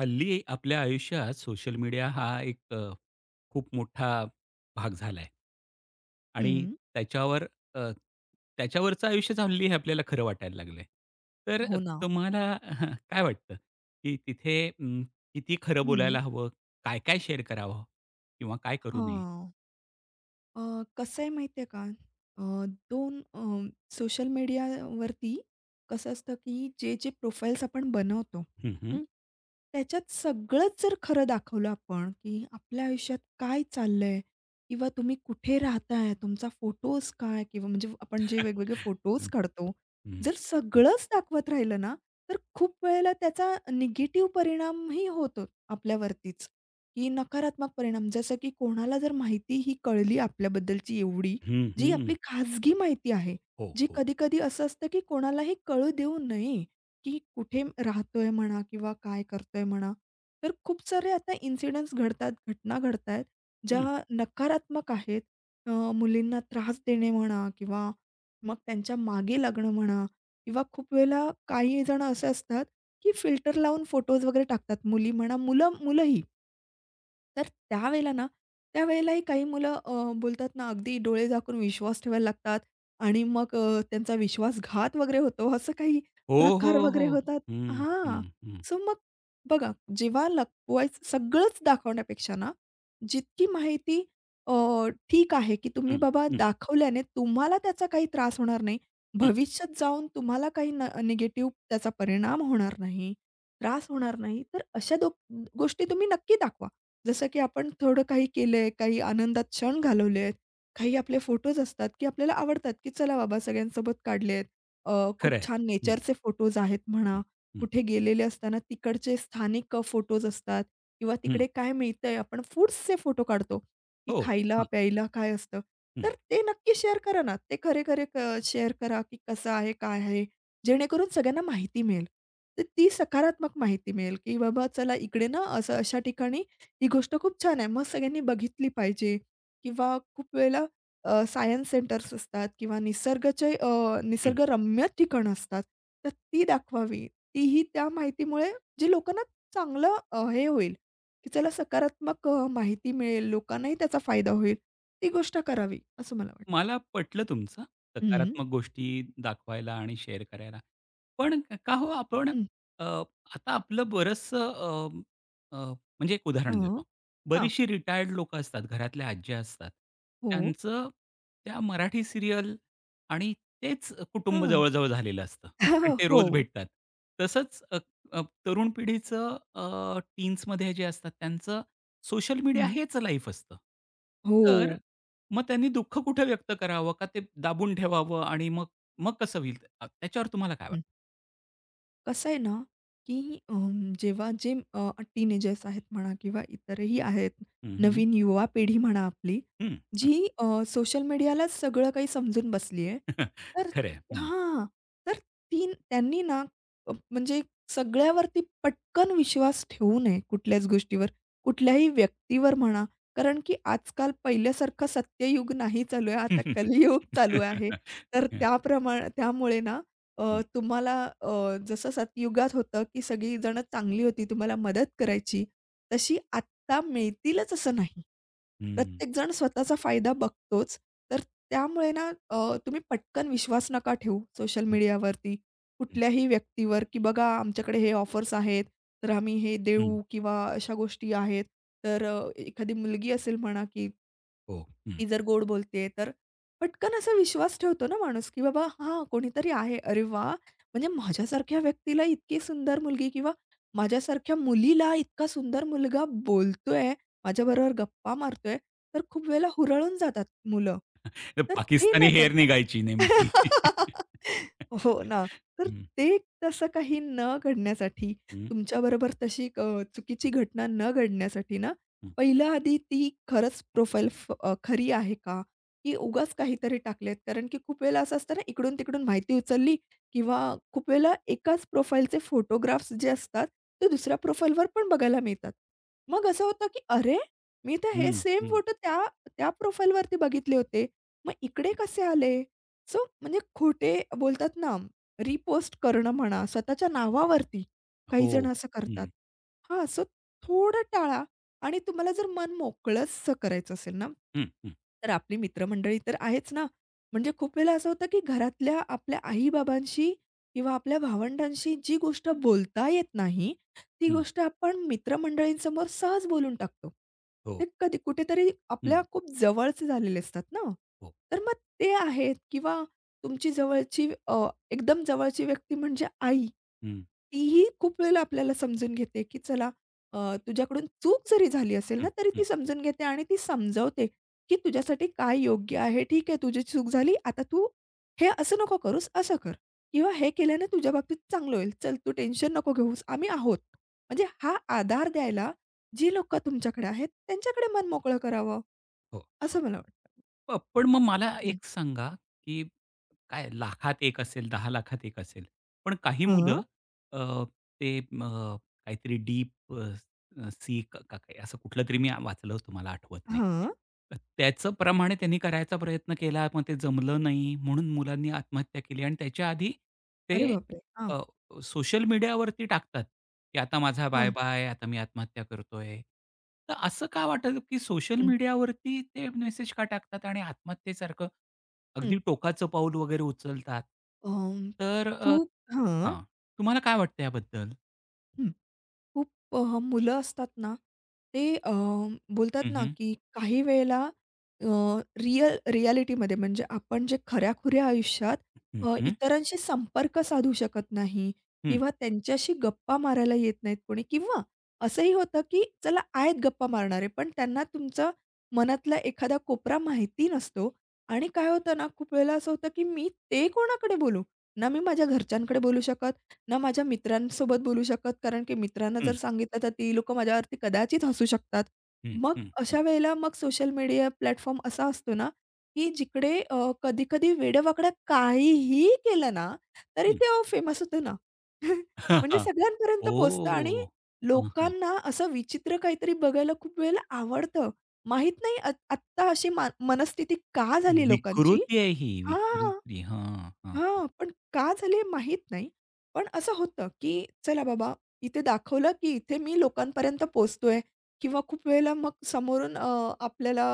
हल्ली आपल्या आयुष्यात सोशल मीडिया हा एक खूप मोठा भाग झाला आणि हं. त्याच्यावर अ, त्याच्यावरचं आयुष्यच हल्ली हे आपल्याला खरं वाटायला लागलंय. तर हो ना. तुम्हाला काय वाटतं, की तिथे किती खरं हं. बोलायला हवं? काय-काय शेअर करावं? किंवा काय करू नये? हां. कसं आहे माहिती आहे का? 2 सोशल मीडियावरती कसं असतं, की जे-जे प्रोफाइल्स आपण बनवतो, हं, हं. हं. त्याच्यात सगळंच जर खरं दाखवलं आपण, की आपल्या आयुष्यात काय चाललंय किंवा तुम्ही कुठे राहताय, तुमचा फोटोज काय किंवा म्हणजे आपण जे वेगवेगळे फोटोज हं, काढतो. हं, जर हं. सगळंच दाखवत राहिलं ना, तर खूप वेळेला त्याचा निगेटिव्ह परिणामही होतो आपल्यावरतीच. की नकारात्मक परिणाम जसं की कोणाला जर माहिती ही कळली आपल्याबद्दलची एवढी, हं, जी हं. आपली खाजगी माहिती आहे, हो, जी हो. कधी-कधी असं असतं की कोणालाही कळू देऊ नये, की कुठे राहतोय म्हणा किंवा काय करतोय म्हणा. तर खूप सारे आता इन्सिडेंट्स घडतात, घटना घडतायत, हं. ज्या नकारात्मक आहेत. मुलींना त्रास देणे म्हणा किंवा मग त्यांच्या मागे लागणं म्हणा किंवा खूप वेळेला काही जण असे असतात, की फिल्टर लावून फोटोज वगैरे टाकतात. मुली म्हणा, मुलंही. तर त्यावेळेला ना, त्यावेळेलाही काही मुलं बोलतात ना, अगदी डोळे झाकून विश्वास ठेवायला लागतात आणि मग त्यांचा विश्वासघात वगैरे होतो, असं काही हो, हो, प्रकार वगैरे हो. होतात हं, हां. हं, हं, सो मग बघा, जेव्हा लपवायचं सगळंच दाखवण्यापेक्षा ना, जितकी माहिती अ, ठीक आहे, की तुम्ही हं, बाबा हं, दाखवल्याने तुम्हाला त्याचा काही त्रास होणार नाही. हं. भविष्यात जाऊन तुम्हाला काही निगेटिव्ह त्याचा परिणाम होणार नाही, त्रास होणार नाही. तर अशा गोष्टी तुम्ही नक्की दाखवा. जसं की आपण थोडं काही केलंय, काही आनंदात क्षण घालवले आहेत, काही आपले फोटोज असतात, की आपल्याला आवडतात, की चला बाबा सगळ्यांसोबत काढले आहेत. अ, खूप खरं छान नेचरचे फोटोज आहेत म्हणा, हं, हं, कुठे गेलेले असताना तिकडचे स्थानिक फोटोज असतात किंवा हं. तिकडे काय मिळतंय, आपण फूड्सचे फोटो काढतो, की हो. खायला, हां. प्यायला काय असतं. हं, तर ते नक्की शेअर करा ना. ते खरे-खरे शेअर करा, की कसं आहे, काय आहे, जेणेकरून सगळ्यांना माहिती मिळेल. तर ती सकारात्मक माहिती मिळेल, की बाबा चला इकडे ना असं अशा ठिकाणी ही गोष्ट खूप छान आहे. मग सगळ्यांनी बघितली पाहिजे किंवा खूप वेळेला सायन्स सेंटर्स असतात किंवा हं. निसर्गरम्य ठिकाणं असतात, तर ती दाखवावी. तीही त्या माहितीमुळे जे लोकांना चांगलं हे होईल, की चला सकारात्मक माहिती मिळेल, लोकांनाही त्याचा फायदा होईल. ती गोष्ट करावी असं मला वाटतं. मला पटलं तुमचं, हं, सकारात्मक गोष्टी दाखवायला आणि शेअर करायला. पण का हो आपण हं. अ, आता आपलं बरचसं अ, अ, म्हणजे एक उदाहरण हां, देतो. हां. बरीचशी रिटायर्ड लोकं असतात, घरातल्या आज्या असतात. हो. त्यांचं त्या मराठी सिरियल आणि तेच कुटुंब हां. जवळ-जवळ झालेलं असतं. कारण ते रोज हो. भेटतात. तसंच अ, अ, तरुण पिढीचं टीन्समध्ये जे असतात त्यांचं सोशल मीडिया हं. हेच लाईफ असतं. हो. तर मग त्यांनी दुःख कुठे व्यक्त करावं? का ते दाबून ठेवावं आणि मग मग कसं होईल? ते? त्याच्यावर तुम्हाला काय वाटतं? कसं आहे ना, की जेव्हा जे टीनेजर्स आहेत म्हणा किंवा इतरही आहेत, हं, हं. नवीन युवा पिढी म्हणा आपली, हं, हं. जी सोशल मीडियालाच सगळं काही समजून बसली आहे. तर खरं हां, तर ती त्यांनी ना अ, म्हणजे सगळ्यावरती पटकन विश्वास ठेवू नये कुठल्याच गोष्टीवर, कुठल्याही व्यक्तीवर म्हणा. कारण की आजकाल पहिल्यासारखं सत्ययुग नाही चालू आहे, आता हं, कलियुग चालू आहे. तर त्यामुळे ना हं, तुम्हाला जसं सतयुगात होतं, की सगळीजण चांगली होती, तुम्हाला मदत करायची, तशी आत्ता मिळतीलच असं नाही. हं, प्रत्येकजण स्वतःचा फायदा बघतोच. तर त्यामुळे ना तुम्ही पटकन विश्वास नका ठेवू सोशल हं, मीडियावरती हं, कुठल्याही व्यक्तीवर, की बघा आमच्याकडे हे ऑफर्स आहेत, तर आम्ही हे हं. देऊ किंवा अशा गोष्टी आहेत. तर एखादी मुलगी असेल म्हणा, की हो, हं. ती जर गोड बोलतेय तर पटकन असा विश्वास ठेवतो ना माणूस, की बाबा हां, कोणीतरी आहे. अरे वा, म्हणजे माझ्यासारख्या व्यक्तीला इतकी सुंदर मुलगी किंवा माझ्यासारख्या मुलीला इतका सुंदर मुलगा बोलतोय, माझ्याबरोबर गप्पा मारतोय, तर खूप वेळेला हुरळून जातात मुलं. तर तर ते पाकिस्तानी न हेर करता निघायची नेमकी. हो ना. तर हं, ते तसं काही न घडण्यासाठी हं, तुमच्याबरोबर तशी चुकीची घटना न घडण्यासाठी ना, हं, पहिलं आधी ती खरंच प्रोफाईल खरी आहे का? की उगाच काहीतरी टाकलेत? कारण की खूप वेळेला असं असतं ना, इकडून-तिकडून माहिती उचलली किंवा खूप वेळेला एकाच प्रोफाईलचे फोटोग्राफ्स जे असतात, ते दुसऱ्या प्रोफाईलवर पण बघायला मिळतात. मग असं होतं की "अरे, मी तर हे हं, सेम हं. फोटो त्या त्या प्रोफाईलवरती बघितले होते. मग इकडे कसे आले?" सो म्हणजे खोटे बोलतात ना, रिपोस्ट करणं म्हणा, स्वतःच्या नावावरती काही जण हो. असं करतात. हं, हां, सो थोडं टाळा. आणि तुम्हाला जर मन मोकळंसं करायचं असेल ना, हं, हं, तर आपली मित्रमंडळी तर आहेच ना. म्हणजे खूप वेळेला असं होतं, की घरातल्या आपल्या आई-बाबांशी किंवा आपल्या भावंडांशी जी गोष्ट बोलता येत नाही, ती हं. गोष्ट आपण मित्रमंडळींसमोर सहज बोलून टाकतो. हो, ते कधी कुठेतरी आपल्या हं, खूप जवळचे झालेले असतात ना. हो. तर मग ते आहेत किंवा तुमची जवळची अ, एकदम जवळची व्यक्ती म्हणजे आई. हं, तीही खूप वेळेला आपल्याला समजून घेते, की चला अ, तुझ्याकडून चूक जरी झाली असेल हं, ना, तरी हं. ती समजून घेते आणि ती समजावते, की तुझ्यासाठी काय योग्य आहे. ठीक आहे, तुझी चूक झाली. आता तू हे असं नको करूस, असं कर किंवा हे केल्याने तुझ्या बाबतीत चांगलं होईल. चल तू टेन्शन नको घेऊस, आम्ही आहोत. म्हणजे हा आधार द्यायला जी लोकं तुमच्याकडे आहेत, त्यांच्याकडे मन मोकळं करावं, हो. असं मला वाटतं. पण मग मला हं. एक सांगा, की काय लाखात 1 असेल, 10 लाखात 1 असेल. पण काही हां, मुलं अ, ते काहीतरी डीप सी का काही असं कुठलंतरी मी वाचलं होतं, मला आठवत नाही. हां. त्याचं प्रमाणे त्यांनी करायचा प्रयत्न केला, मग ते जमलं नाही म्हणून मुलांनी आत्महत्या केली आणि त्याच्या आधी अरे ते बापरे! हां, सोशल मीडियावरती टाकतात, की आता माझा हां. बाय-बाय, आता मी आत्महत्या करतोय. तर असं का वाटतं, की सोशल हं, मीडियावरती ते मेसेज का टाकतात आणि आत्महत्येसारखं हं. अगदी टोकाचं पाऊल वगैरे उचलतात? अं, तर खूप हां. हां, तुम्हाला काय वाटतं याबद्दल? हं. खूप अ, मुलं असतात ना, ते बोलतात हं, ना, हं. की काही वेळेला अ, रिॲलिटीमध्ये म्हणजे आपण जे खऱ्याखुऱ्या आयुष्यात हं, हं. इतरांशी संपर्क साधू शकत नाही हं, किंवा त्यांच्याशी गप्पा मारायला येत नाहीत कोणी किंवा असंही होतं, की चला आहेत गप्पा मारणारे, पण त्यांना तुमचा मनातला एखादा कोपरा माहिती नसतो आणि काय होतं ना, खूप वेळेला असं होतं, की मी ते कोणाकडे बोलू? ना मी माझ्या घरच्यांकडे बोलू शकत ना माझ्या मित्रांसोबत बोलू शकत, कारण की मित्रांना हं, जर सांगितलं तर ती लोकं माझ्यावरती कदाचित हसू शकतात. हं, मग हं, हं, अशा वेळेला मग सोशल मीडिया प्लॅटफॉर्म असा असतो ना, की जिकडे कधी-कधी वेड्यावाकड्या काहीही केलं ना, तरी ते फेमस होतं ना. म्हणजे सगळ्यांपर्यंत पोहोचतं आणि हां, हां. लोकांना असं विचित्र काहीतरी बघायला खूप वेळेला आवडतं. माहीत नाही आत्ता अशी मनस्थिती का झाली लोकांची? विकृती आहे ही, हां. विकृती. हां, हां, हां, पण का झाली हे माहीत नाही. पण असं होतं, की चला बाबा इथे दाखवलं, की इथे मी लोकांपर्यंत पोहोचतोय किंवा खूप वेळेला मग समोरून आपल्याला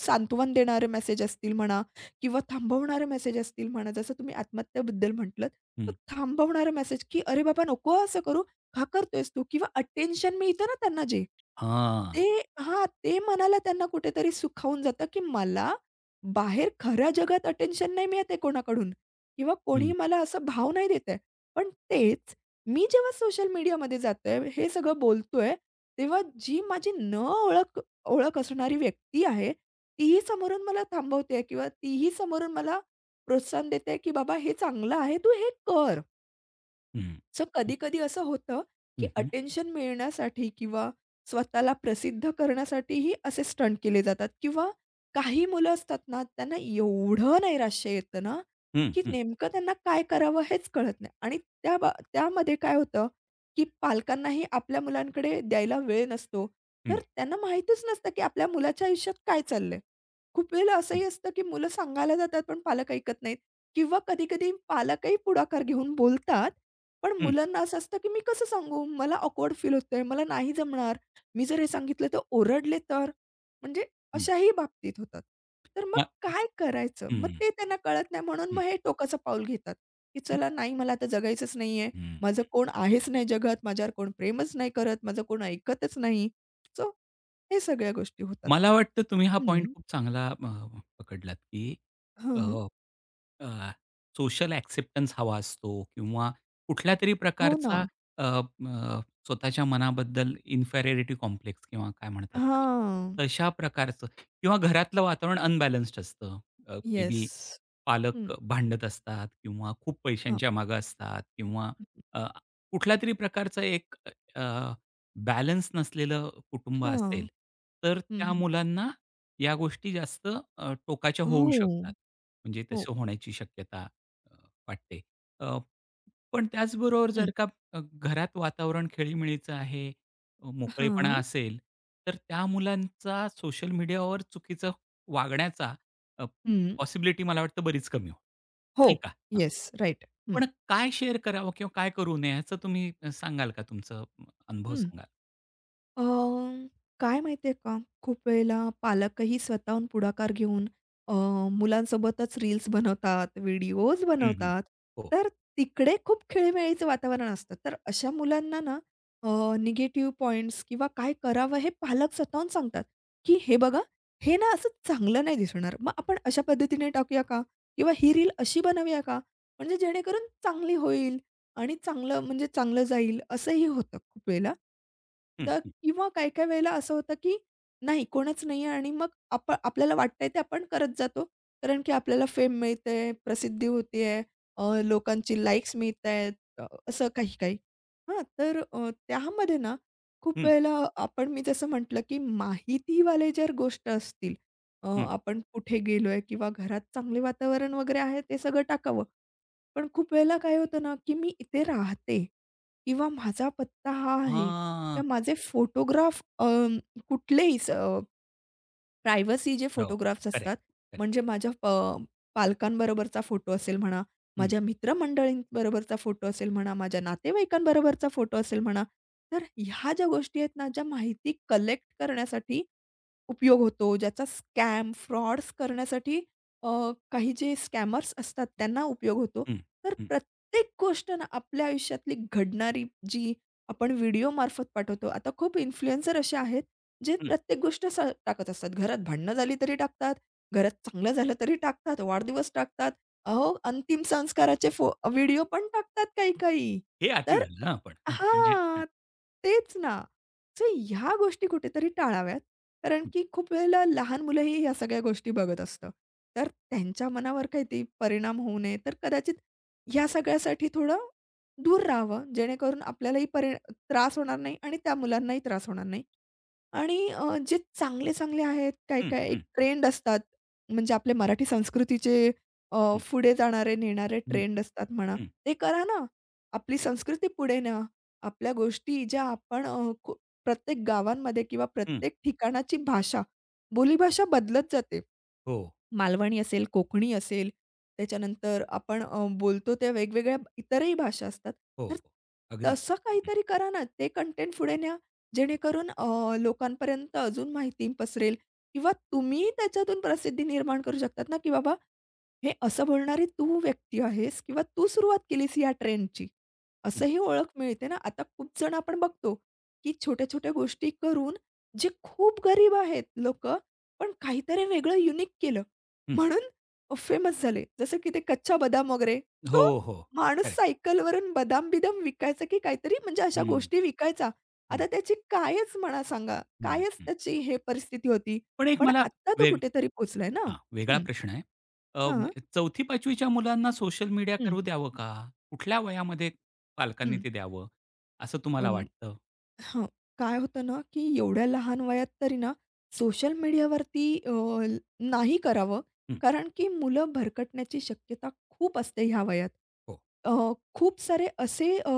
सांत्वन देणारे मेसेज असतील म्हणा किंवा थांबवणारे मेसेज असतील म्हणा. जसं तुम्ही आत्महत्याबद्दल म्हटलंत, हं. तर थांबवणारे मेसेज, की "अरे बाबा नको असं करू, का करतोयस तू?" किंवा अटेन्शन मिळतं ना त्यांना जे, हां. ते ते मनाला त्यांना कुठेतरी सुखावून जातं, की मला बाहेर खऱ्या जगात अटेन्शन नाही मिळत आहे कोणाकडून. किंवा हं, कोणी मला असा भाव नाही देत आहे. पण तेच मी जेव्हा सोशल मीडियामध्ये जाते, हे सगळं बोलतोय, तेव्हा जी माझी न ओळख ओळख असणारी व्यक्ती आहे, तीही समोरून मला थांबवते किंवा तीही समोरून मला प्रोत्साहन देते, की "बाबा हे चांगलं आहे, तू हे कर." हं. सो कधी-कधी असं होतं, हं, की हं, हं. अटेन्शन मिळण्यासाठी किंवा स्वतःला प्रसिद्ध करण्यासाठीही असे स्टंट केले जातात किंवा काही मुलं असतात ना, त्यांना एवढं नैराश्य येतं ना, हं, की नेमकं त्यांना काय करावं हेच कळत नाही आणि त्यामध्ये काय होतं, की पालकांनाही आपल्या मुलांकडे द्यायला वेळ नसतो. तर त्यांना माहीतच नसतं, की आपल्या मुलाच्या आयुष्यात काय चाललंय. खूप वेळेला हं, असंही असतं, की मुलं सांगायला जातात, पण पालक ऐकत नाहीत किंवा कधी-कधी पालकही पुढाकार घेऊन बोलतात. पण हं, मुलांना असं असतं, की मी कसं सांगू? मला ऑकवर्ड फील होतंय, मला नाही जमणार. मी जर हे सांगितलं तर ओरडले तर? म्हणजे हं. अशाही बाबतीत होतात. तर मग मग काय करायचं? मग हं, ते त्यांना कळत नाही म्हणून हं, मग हे टोकाचं पाऊल घेतात, की चला नाही मला आता जगायचंच नाहीये. हं. माझं कोण आहेच नाही जगात, माझ्यावर कोण प्रेमच नाही करत, माझं कोण ऐकतच नाही. सो हे सगळ्या गोष्टी होतात. मला वाटतं तुम्ही हा पॉइंट हं. खूप चांगला पकडलात, की अ हं. अ, सोशल ॲक्सेप्टन्स हवा असतो किंवा कुठल्यातरी हो ना. प्रकारचा अ, अ, स्वतःच्या मनाबद्दल इन्फेरियरिटी कॉम्प्लेक्स किंवा काय म्हणतात हां. त्याला, तशा प्रकारचं किंवा घरातलं वातावरण अनबॅलन्स्ड असतं. मे येस. बी पालक हं. भांडत असतात किंवा खूप हां. पैशांच्या मागे असतात किंवा हं. अ, कुठलातरी प्रकारचा एक अ, बॅलन्स नसलेलं कुटुंब असेल, हां. तर त्या हं. मुलांना या गोष्टी जास्त टोकाच्या होऊ हो. शकतात. म्हणजे हो. तसं होण्याची शक्यता अ, वाटते. अ, पण त्याचबरोबर जर हं. का घरात वातावरण खेळीमेळीचं आहे, मोकळेपणा हां. असेल, तर त्या मुलांचा सोशल मीडियावर चुकीचं वागण्याचा अ, हं. पॉसिबिलिटी मला वाटतं बरीच कमी होईल, हो. नाही का? हां. येस. राइट. हं. पण काय शेअर करावं किंवा काय करू नये ह्याचं तुम्ही सांगाल का तुमचं अनुभव हं. सांगाल? अ, काय माहिती का, खूप वेळेला पालकही स्वतःहून पुढाकार घेऊन अ, मुलांसोबतच रील्स बनवतात, व्हिडिओज हं, हं. बनवतात. हो. तर तिकडे खूप खेळीमेळीचं वातावरण असतं. तर अशा मुलांना ना निगेटिव्ह पॉइंट्स किंवा काय करावं हे पालक स्वतःहून सांगतात, की "हे बघा, हे ना असं चांगलं नाही दिसणार. मग आपण अशा पद्धतीने टाकूया का? किंवा ही रील अशी बनवूया का? म्हणजे जेणेकरून चांगली होईल आणि चांगलं म्हणजे चांगलं जाईल." असंही होतं खूप वेळेला. हं, तर हं. किंवा काही-काही वेळेला असं होतं, की नाही कोणच नाहीये आणि मग आपल्याला वाटतंय ते आपण करत जातो. कारण की आपल्याला फेम मिळते, प्रसिद्धी होतेय, लोकांची लाइक्स मिळतायत, असं काही-काही. हां, तर त्यामध्ये ना खूप हं, वेळेला आपण मी जसं म्हटलं, की माहितीवाले जर गोष्ट असतील, अ, हं. आपण कुठे गेलोय किंवा घरात चांगले वातावरण वगैरे आहे ते सगळं टाकावं. पण खूप वेळेला काय होतं ना, की मी इथे राहते किंवा माझा पत्ता हा आहे. हां. किंवा माझे फोटोग्राफ अ, कुठलेही स अ, प्रायव्हसी जे हो, फोटोग्राफ्स करेक्ट, असतात, करेक्ट. म्हणजे माझ्या प पालकांबरोबरचा फोटो असेल म्हणा, हं, माझ्या मित्रमंडळींबरोबरचा फोटो असेल म्हणा, माझ्या नातेवाईकांबरोबरचा फोटो असेल म्हणा. तर ह्या ज्या गोष्टी आहेत ना, ज्या माहिती कलेक्ट करण्यासाठी उपयोग होतो, ज्याचा स्कॅम, फ्रॉड्स करण्यासाठी अ, काही जे स्कॅमर्स असतात त्यांना उपयोग होतो. हं, तर हं, प्रत्येक गोष्ट ना, आपल्या आयुष्यातली घडणारी जी आपण व्हिडिओमार्फत पाठवतो. आता खूप इन्फ्लुएन्सर असे आहेत जे हं. प्रत्येक गोष्ट टाकत असतात. घरात भांडणं झाली तरी टाकतात, घरात चांगलं झालं तरी टाकतात, वाढदिवस टाकतात. अहो, अंतिम संस्काराचे व्हिडिओ पण टाकतात काही-काही. हे अति तर झालं हां पण. म्हणजे हां, तेच ना. सो ह्या गोष्टी कुठेतरी टाळाव्यात. कारण हं, की खूप वेळेला लहान मुलंही ह्या सगळ्या गोष्टी बघत असतं. तर त्यांच्या मनावर काहीतरी परिणाम होऊ नये, तर कदाचित ह्या सगळ्यासाठी थोडं दूर राहावं, जेणेकरून आपल्यालाही त्रास होणार नाही आणि त्या मुलांनाही त्रास होणार नाही. आणि जे चांगले-चांगले आहेत, हं, काय-काय एक हं, ट्रेंड असतात. म्हणजे आपल्या मराठी संस्कृतीचे अ, हं, पुढे जाणारे, नेणारे हं, ट्रेंड असतात म्हणा. हं, ते करा ना. आपली संस्कृती पुढे न्या. आपल्या गोष्टी ज्या आपण अ, खू प्रत्येक गावांमध्ये किंवा हं. प्रत्येक ठिकाणाची भाषा, बोलीभाषा बदलत जाते. हो, मालवणी असेल, कोकणी असेल, त्याच्यानंतर आपण बोलतो त्या वेगवेगळ्या इतरही भाषा असतात. हो, तर हो. अगदी. तसं हं, काहीतरी करा ना. ते कंटेंट पुढे न्या. जेणेकरून लोकांपर्यंत अजून माहिती पसरेल किंवा तुम्ही त्याच्यातून प्रसिद्धी निर्माण करू शकतात ना, की बाबा हे असं बोलणारी तू व्यक्ती आहेस किंवा तू सुरुवात केलीस या ट्रेंडची. हं, असंही ओळख मिळते ना. आता खूप जण आपण बघतो, की छोट्या-छोट्या गोष्टी करून जे खूप गरीब आहेत लोकं, पण काहीतरी वेगळं युनिक केलं हं. म्हणून फेमस झाले. जसं की ते कच्चा बदाम वगैरे. तो हो, हो. माणूस करेक्ट. सायकलवरून बदाम-बिदाम विकायचा की काहीतरी म्हणजे अशा हं, गोष्टी विकायचा. हं, आता त्याची कायच म्हणा सांगा, हं, कायच हं. त्याची हे परिस्थिती होती. पण एक पण मला आत्ता तो वेग कुठेतरी पोहोचलाय ना. हां, वेगळा हं. प्रश्न आहे. अ, हां. 4थी-5वी मुलांना सोशल मीडिया हं. करू द्यावं का? कुठल्या वयामध्ये पालकांनी हं. ते द्यावं, असं तुम्हाला अं, वाटतं? हां. काय होतं ना, की एवढ्या लहान वयात तरी ना, सोशल मीडियावरती नाही करावं. हं, कारण की मुलं भरकटण्याची शक्यता खूप असते ह्या वयात. हो. अ, खूप सारे असे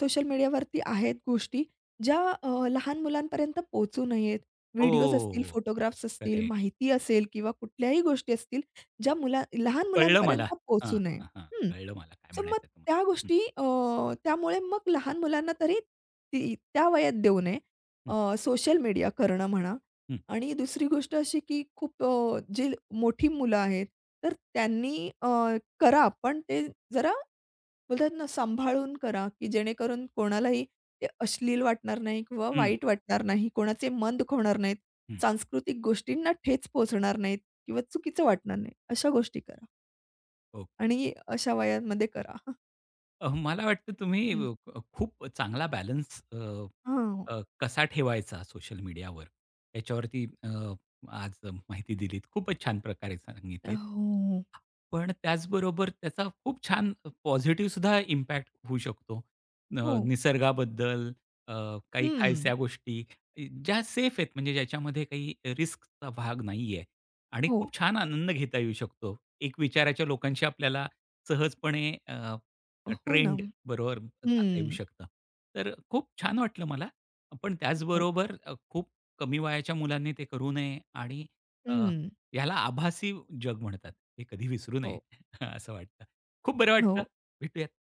सोशल मीडियावरती आहेत गोष्टी, ज्या लहान मुलांपर्यंत पोहोचू नयेत. व्हिडिओज असतील, हो, फोटोग्राफ्स असतील, करेक्ट. माहिती असेल किंवा कुठल्याही गोष्टी असतील, ज्या लहान कळलं मुलांपर्यंत मला. हां, पोहोचू नये. हां, हां. हं. कळलं मला काय सो मग म्हणायचंय त्या तुम्हाला. गोष्टी त्यामुळे मग लहान मुलांना तरी ती त्या वयात देऊ नये. हं, सोशल मीडिया करणं म्हणा हं, आणि दुसरी गोष्ट अशी की खूप जी मोठी मुलं आहेत, तर त्यांनी करा, पण ते जरा बोलतात ना, सांभाळून करा, की जेणेकरून कोणालाही ते अश्लील वाटणार नाही किंवा हं, वाईट वाटणार नाही, कोणाचे मन दुखवणार नाहीत, हं. सांस्कृतिक गोष्टींना ठेच पोहोचणार नाहीत किंवा चुकीचं वाटणार नाही. अशा गोष्टी करा ओके. आणि अशा वयामध्ये करा. मला वाटतं तुम्ही हं. अ, क खूप चांगला बॅलन्स अ, हां. अ, कसा ठेवायचा सोशल मीडियावर, याच्यावरती आज माहिती दिलीत. खूपच छान प्रकारे सांगितलीत. हो, पण त्याचबरोबर त्याचा खूप छान पॉझिटिव्ह सुद्धा इम्पॅक्ट होऊ शकतो. न हो. निसर्गाबद्दल अ, काही खायच्या हं. गोष्टी ज्या सेफ आहेत म्हणजे ज्याच्यामध्ये काही रिस्कचा भाग नाहीये आणि हो. खूप छान आनंद घेता येऊ शकतो. एक विचाराच्या लोकांशी आपल्याला सहजपणे हो ना. ट्रेंड बरोबर जाता येऊ हं. शकतं. तर खूप छान वाटलं मला. पण हो. त्याचबरोबर खूप कमी वयाच्या मुलांनी ते करू नये आणि अ, हं. याला आभासी जग म्हणतात. हे कधी विसरू हो, नये असं वाटतं. खूप बरं हो. वाटलं. भेटूयात.